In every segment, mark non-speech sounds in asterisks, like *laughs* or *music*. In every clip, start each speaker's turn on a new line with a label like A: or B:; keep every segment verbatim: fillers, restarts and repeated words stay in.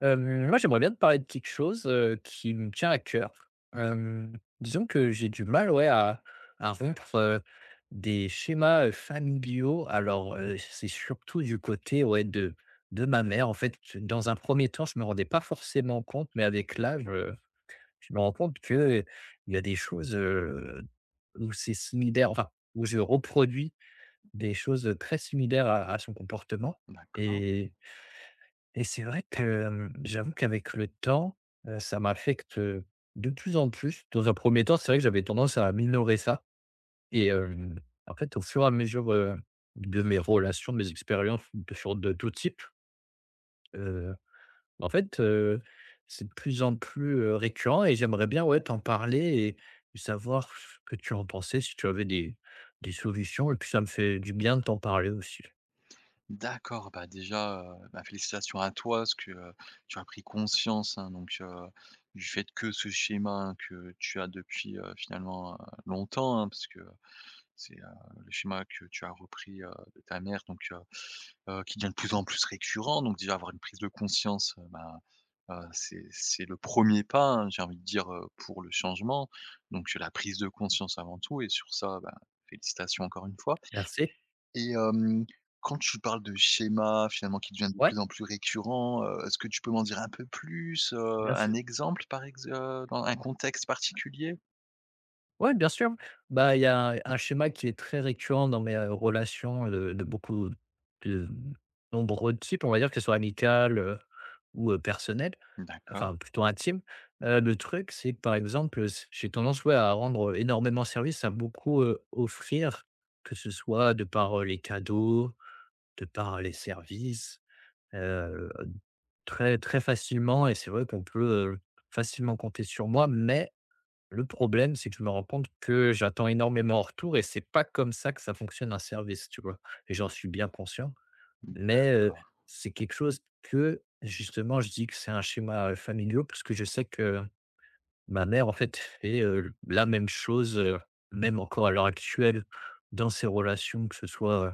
A: Hem, moi, j'aimerais bien te parler de quelque chose, heu, qui me tient à cœur. Hem, disons que j'ai du mal, ouais, à à rompre, heu, des schémas, heu, familiaux. Alors, heu, c'est surtout du côté, ouais, de de ma mère. En fait, dans un premier temps, je me rendais pas forcément compte, mais avec l'âge, heu, je me rends compte que euh, il y a des choses, heu, où c'est similaire, enfin, où je reproduis des choses, très similaires à à son comportement
B: D'accord.
A: et et c'est vrai que, hem, j'avoue qu'avec le temps, heu, ça m'affecte, heu, de plus en plus. Dans un premier temps, c'est vrai que j'avais tendance à minorer ça et hem, en fait, au fur et à mesure, heu, de mes relations, de mes expériences de sur de tout type, heu, en fait, heu, c'est de plus en plus, heu, récurrent et j'aimerais bien, ouais, t'en parler et savoir ce que tu en pensais, si tu avais des des solutions et puis ça me fait du bien de t'en parler aussi.
B: D'accord, bah, déjà, heu, bah, félicitations à toi parce que, heu, tu as pris conscience, hein, donc heu, du fait que ce schéma, hein, que tu as depuis, heu, finalement, heu, longtemps, hein, parce que, c'est, heu, le schéma que tu as repris, heu, de ta mère donc heu, heu, qui devient de plus en plus récurrent donc déjà avoir une prise de conscience, heu, bah, heu, c'est c'est le premier pas, hein, j'ai envie de dire, heu, pour le changement donc la prise de conscience avant tout et sur ça, bah, félicitations encore une fois.
A: Merci.
B: Et hem, quand tu parles de schéma finalement qui devient de
A: Ouais,
B: plus en plus récurrent, heu, est-ce que tu peux m'en dire un peu plus, heu,
A: bien sûr.
B: un exemple par ex heu, dans un contexte particulier?
A: Ouais, bien sûr. Bah, il y a un schéma qui est très récurrent dans mes, heu, relations de de beaucoup de nombreux types, on va dire, que ce soit amicales, heu, ou, heu, personnelles,
B: D'accord.
A: enfin plutôt intimes. Heu, le truc, c'est que, par exemple, s j'ai tendance, ouais, à rendre, heu, énormément service, à beaucoup, heu, offrir, que ce soit de par, heu, les cadeaux, de par les services, heu, très, très facilement et c'est vrai qu'on peut, heu, facilement compter sur moi mais le problème, c'est que je me rends compte que j'attends énormément en retour et c'est pas comme ça que ça fonctionne un service, tu vois? Et j'en suis bien conscient, mais, heu,
B: D'accord.
A: c'est quelque chose que justement je dis que c'est un schéma, heu, familial parce que je sais que ma mère, en fait, fait, heu, la même chose, heu, même encore à l'heure actuelle dans ses relations, que ce soit, heu,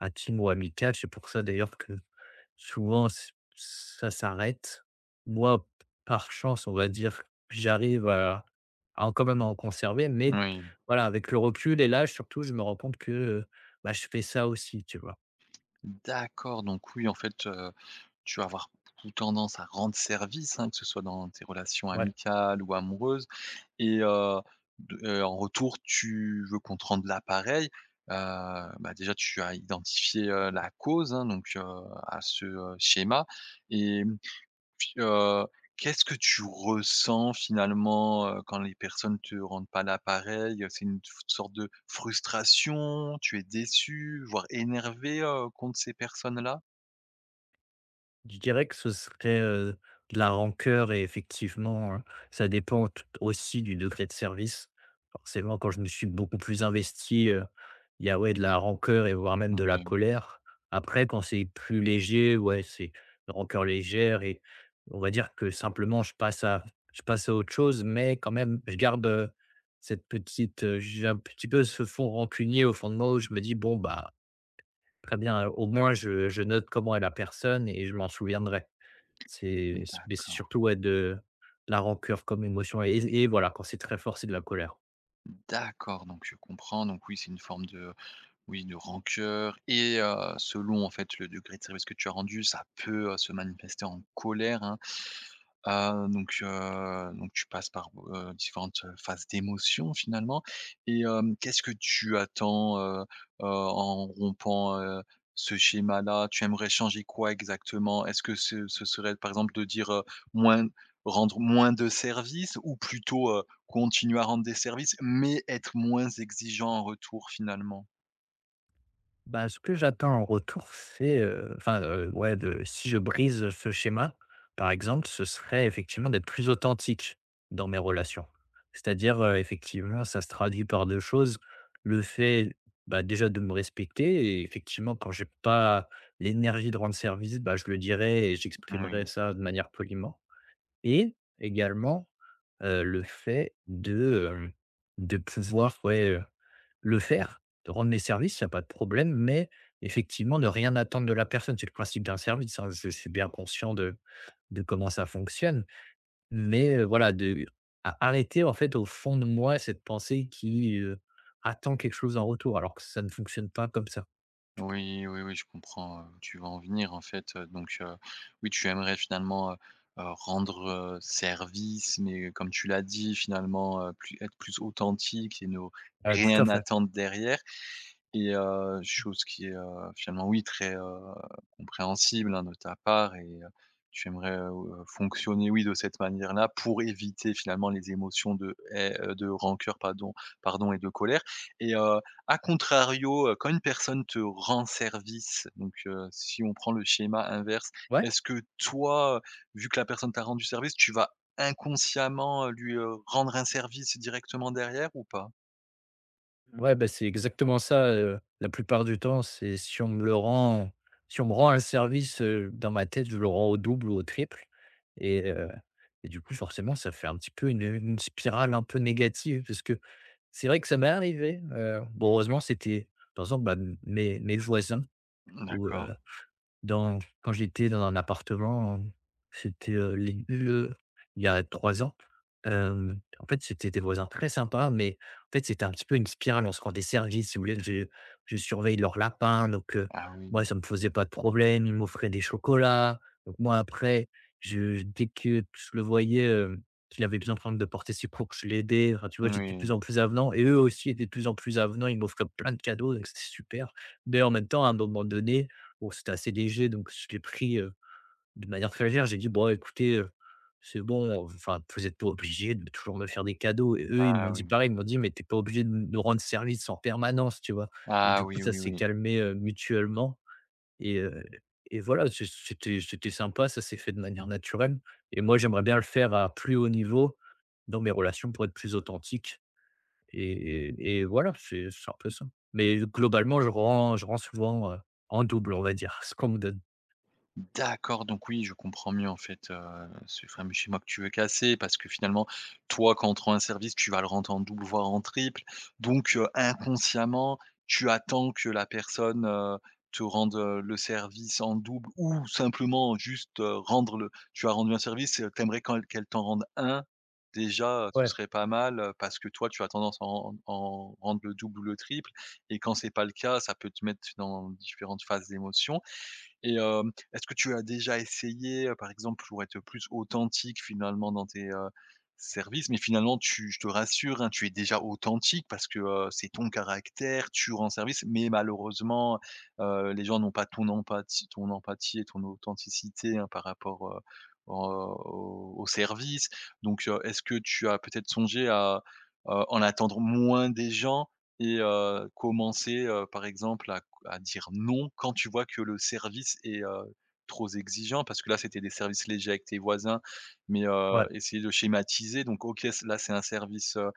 A: intimes ou amicales. C'est pour ça d'ailleurs que souvent c ça s'arrête. Moi, par chance, on va dire, j'arrive à à en quand même à en conserver, mais
B: Oui.
A: voilà, avec le recul et l'âge surtout, je me rends compte que, heu, bah, je fais ça aussi, tu vois?
B: D'accord, donc oui, en fait, heu, tu vas avoir plutôt tendance à rendre service, hein, que ce soit dans tes relations
A: Ouais.
B: amicales ou amoureuses. Et heu, de heu, en retour, tu veux qu'on te rende l'appareil. Heu, bah, déjà, tu as identifié, heu, la cause, hein, donc heu, à ce, heu, schéma et mmh, puis, heu, qu'est-ce que tu ressens finalement, heu, quand les personnes te rendent pas l'appareil? C'est une f sorte de frustration? Tu es déçu, voire énervé, heu, contre ces personnes-là?
A: Je dirais que ce serait, heu, de la rancœur et effectivement, heu, ça dépend tout aussi du degré de service. Forcément, quand je me suis beaucoup plus investi, heu, il y a, ouais, de la rancœur et voire même de la
B: Oui,
A: colère. Après, quand c'est plus léger, ouais, c'est une rancœur légère et on va dire que simplement je passe à je passe à autre chose, mais quand même, je garde, heu, cette petite, heu, j'ai un petit peu ce fond rancunier au fond de moi où je me dis: «Bon, bah, très bien, au moins je je note comment est la personne et je m'en souviendrai». C'est c'est mais c'est
B: d'accord,
A: surtout, ouais, de la rancœur comme émotion et et voilà, quand c'est très fort, c'est de la colère.
B: d'accord, donc je comprends, donc oui, c'est une forme de oui, de rancœur et heu, selon en fait le degré de service que tu as rendu, ça peut, heu, se manifester en colère, hein. Heu, donc heu, donc tu passes par, heu, différentes, phases d'émotion finalement et hem, qu'est-ce que tu attends, heu heu, en rompant, heu, ce schéma-là? Tu aimerais changer quoi exactement? Est-ce que ce ce serait par exemple de dire, heu, moins rendre moins de services ou plutôt, heu, continuer à rendre des services mais être moins exigeant en retour finalement?
A: Bah, ce que j'attends en retour, c'est, heu, enfin, heu, ouais, de si je brise ce schéma, par exemple, ce serait effectivement d'être plus authentique dans mes relations. C'est-à-dire, heu, effectivement, ça se traduit par deux choses. Le fait, bah, déjà de me respecter et effectivement quand j'ai pas l'énergie de rendre service, bah, je le dirai et j'exprimerai
B: Oui.
A: ça de manière poliment et également, heu, le fait de, hem, de pouvoir, ouais, le faire, de rendre les services, il y a pas de problème, mais effectivement, ne rien attendre de la personne. C'est le principe d'un service, hein. Je je suis bien conscient de de comment ça fonctionne, mais heu, voilà, de a arrêter, en fait, au fond de moi, cette pensée qui, heu, attend quelque chose en retour, alors que ça ne fonctionne pas comme ça.
B: Oui, oui, oui, je comprends, heu, où tu vas en venir, en fait, heu, donc heu, oui, tu aimerais finalement, heu heu, rendre, heu, service, mais euh, comme tu l'as dit, finalement, heu, plus être plus authentique et ne
A: Heu, tout à
B: rien
A: fait.
B: attendre derrière. Et heu, chose qui est, heu, finalement oui très, heu, compréhensible, hein, de ta part et heu, tu aimerais, heu, fonctionner, oui, de cette manière-là pour éviter finalement les émotions de hai heu, de rancœur pardon pardon et de colère et heu, à contrario, heu, quand une personne te rend service, donc heu, si on prend le schéma inverse,
A: Ouais.
B: est-ce que toi, heu, vu que la personne t'a rendu service, tu vas inconsciemment, heu, lui, heu, rendre un service directement derrière ou pas?
A: Mmh. Ouais, bah, c'est exactement ça, heu, la plupart du temps, c'est si on me le rend si on me rend un service, heu, dans ma tête, je le rends au double ou au triple et heu et du coup, forcément, ça fait un petit peu une, une spirale un peu négative parce que c'est vrai que ça m'est arrivé, heu, bon heureusement, c'était par exemple, bah, mes mes voisins où,
B: D'accord.
A: dans quand j'étais dans un appartement, euh, c'était, heu, les heu, il y a trois ans, hem, en fait, c'était des voisins très sympas, mais en fait, c'était un petit peu une spirale. On se rendait service, si vous voulez, je je surveille leurs lapins, donc heu,
B: Ah oui.
A: moi, ça me faisait pas de problème. Ils m'offraient des chocolats, donc moi, après, je dès que je le voyais, hem, qu'il avait besoin, par exemple, de porter ses courses, je l'aidais. Enfin, tu vois, j'étais de
B: Oui.
A: plus en plus avenant et eux aussi étaient de plus en plus avenants. Ils m'offraient plein de cadeaux, donc c'était super, mais en même temps, à un moment donné bon, c'était assez léger, donc je l'ai pris, heu, de manière très légère. J'ai dit: «Bon, écoutez, heu, c'est bon, heu, enfin, vous êtes pas obligés de toujours me faire des cadeaux» et eux, ils m'ont
B: Ah
A: dit
B: oui.
A: pareil, ils m'ont dit: «Mais t'es pas obligé de nous rendre service en permanence», tu vois? Et
B: Ah
A: du coup,
B: oui,
A: ça
B: oui,
A: s'est
B: oui.
A: calmé, heu, mutuellement et heu et voilà, c'est c'était c'était sympa, ça s'est fait de manière naturelle et moi, j'aimerais bien le faire à plus haut niveau dans mes relations pour être plus authentique et et et voilà, c'est c'est un peu ça. Mais globalement, je rends je rends souvent, heu, en double, on va dire, *laughs* ce qu'on me donne.
B: D'accord, donc oui, je comprends mieux en fait, heu, ce fameux schéma que tu veux casser parce que finalement, toi, quand on te rend un service, tu vas le rendre en double, voire en triple. Donc, heu, inconsciemment, tu attends que la personne, heu, te rende, heu, le service en double ou simplement juste, heu, rendre le tu as rendu un service, heu, tu quand qu'elle t'en rende un déjà, heu, ce
A: Ouais,
B: serait pas mal, heu, parce que toi, tu as tendance à en en rendre le double ou le triple et quand c'est pas le cas, ça peut te mettre dans différentes phases d'émotion et hem, est-ce que tu as déjà essayé, heu, par exemple, pour être plus authentique finalement dans tes, heu, services? Mais finalement tu je te rassure, hein, tu es déjà authentique parce que, heu, c'est ton caractère, tu rends service, mais malheureusement, heu, les gens n'ont pas ton empathie ton empathie et ton authenticité, hein, par rapport, heu, au au service. Donc, heu, est-ce que tu as peut-être songé à, heu, en attendre moins des gens et heu, commencer, heu, par exemple, à à dire non quand tu vois que le service est, heu, trop exigeant? Parce que là, c'était des services légers avec tes voisins, mais heu,
A: ouais,
B: essayer de schématiser donc OK, c là, c'est un service, heu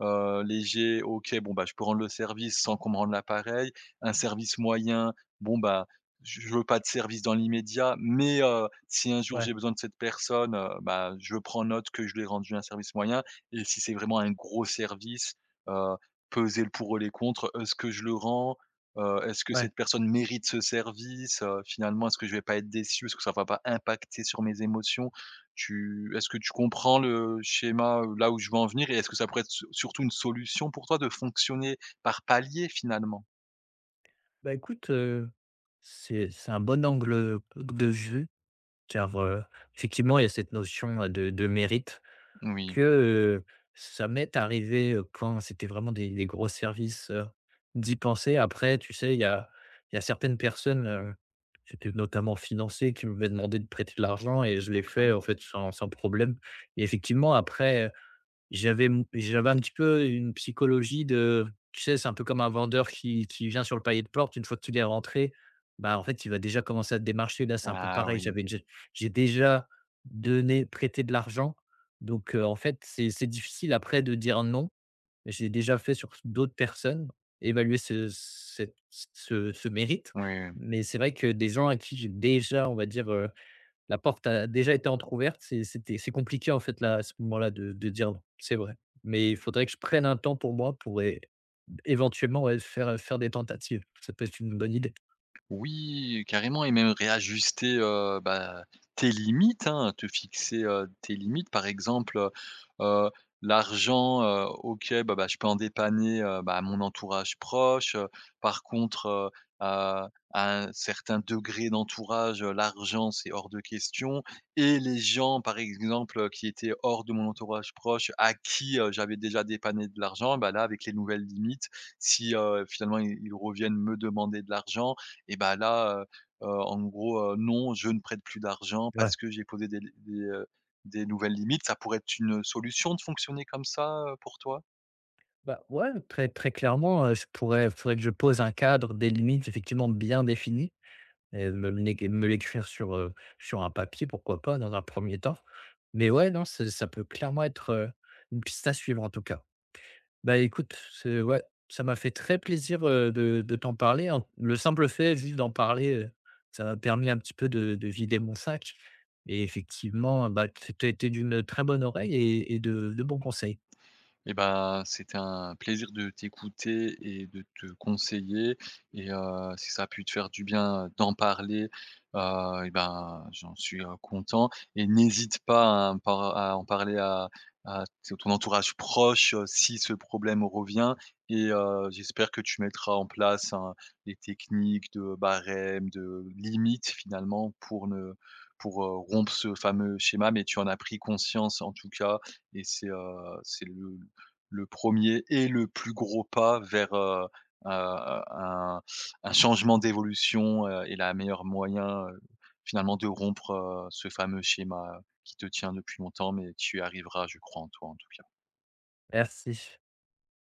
B: heu, léger, OK, bon, bah, je peux rendre le service sans qu'on me rende l'appareil. Un service moyen, bon, bah, je je veux pas de service dans l'immédiat, mais heu, si un jour
A: ouais,
B: j'ai besoin de cette personne, heu, bah, je prends note que je lui ai rendu un service moyen et si c'est vraiment un gros service, heu, peser le pour et les contre. Est-ce que je le rends? Heu, est-ce que
A: ouais.
B: cette personne mérite ce service? Heu, finalement, est-ce que je vais pas être déçu? Est-ce que ça va pas impacter sur mes émotions? Tu est-ce que tu comprends le schéma, heu, là où je veux en venir et est-ce que ça pourrait être su surtout une solution pour toi de fonctionner par paliers finalement?
A: Bah, écoute, heu, c'est c'est un bon angle, heu, de vue, car, heu, effectivement, il y a cette notion, heu, de de mérite
B: Oui.
A: que, heu, ça m'est arrivé, heu, quand c'était vraiment des des gros services, heu, d'y penser. Après, tu sais, il y a il y a certaines personnes, heu, c'était notamment financier, qui m'avaient demandé de prêter de l'argent et je l'ai
B: Ah
A: fait,
B: oui.
A: en fait, sans sans problème et effectivement après, J'avais m j'avais un petit peu une psychologie de tu sais, c'est un peu comme un vendeur qui qui vient sur le palier de porte, une fois que tu l'es rentré, bah, en fait, il va déjà commencer à te démarcher. Là, c'est un peu
B: Ah
A: pareil,
B: oui.
A: j'avais déjà j'ai déjà donné prêté de l'argent, donc heu, en fait, c'est c'est difficile après de dire non. J'ai déjà fait sur d'autres personnes, évaluer ce cette ce ce mérite,
B: Oui, oui.
A: mais c'est vrai que des gens à qui j'ai déjà, on va dire, euh, la porte a déjà été entrouverte. C'est c'était c'est compliqué, en fait, là, à ce moment-là, de de dire non. C'est vrai. Mais il faudrait que je prenne un temps pour moi pour é éventuellement, ouais, faire, faire des tentatives. Ça peut être une bonne idée.
B: Oui, carrément et même réajuster, heu, bah, tes limites, hein, te fixer, heu, tes limites. Par exemple, heu l'argent, heu, OK, bah bah, je peux en dépanner, heu, bah, mon entourage proche, heu, par contre, heu, à à un certain degré d'entourage, heu, l'argent, c'est hors de question et les gens, par exemple, heu, qui étaient hors de mon entourage proche, à qui, heu, j'avais déjà dépanné de l'argent, bah, là, avec les nouvelles limites, si, finalement, ils reviennent me demander de l'argent, et bah, là, heu heu, en gros, heu, non, je ne prête plus d'argent
A: Ouais.
B: parce que j'ai posé des li des, heu, des nouvelles limites. Ça pourrait être une solution de fonctionner comme ça, heu, pour toi?
A: Bah, ouais, très très clairement, heu, je pourrais faudrait que je pose un cadre, des limites effectivement bien définies et me l'é me l'écrire sur, heu, sur un papier, pourquoi pas, dans un premier temps. Mais ouais, non, c'est ça peut clairement être, heu, une piste à suivre, en tout cas. Bah, écoute, c'est ouais, ça m'a fait très plaisir, heu, de de t'en parler, hein. Le simple fait juste d'en parler, heu, ça m'a permis un petit peu de de vider mon sac et effectivement, bah, tu as été d'une, très bonne oreille et et de de bons conseils.
B: Eh ben c'était un plaisir de t'écouter et de te conseiller et heu, si ça a pu te faire du bien, heu, d'en parler, heu et ben, j'en suis, heu, content et n'hésite pas à en par à en parler à à t ton entourage proche, heu, si ce problème revient et heu, j'espère que tu mettras en place un des techniques de barème, de limite finalement pour ne pour, heu, rompre ce fameux schéma mais tu en as pris conscience en tout cas et c'est, heu, c'est le le premier et le plus gros pas vers, heu, heu, un un changement d'évolution, heu et la meilleure moyen, heu, finalement de rompre, heu, ce fameux schéma qui te tient depuis longtemps, mais tu y arriveras, je crois en toi en tout cas.
A: Merci.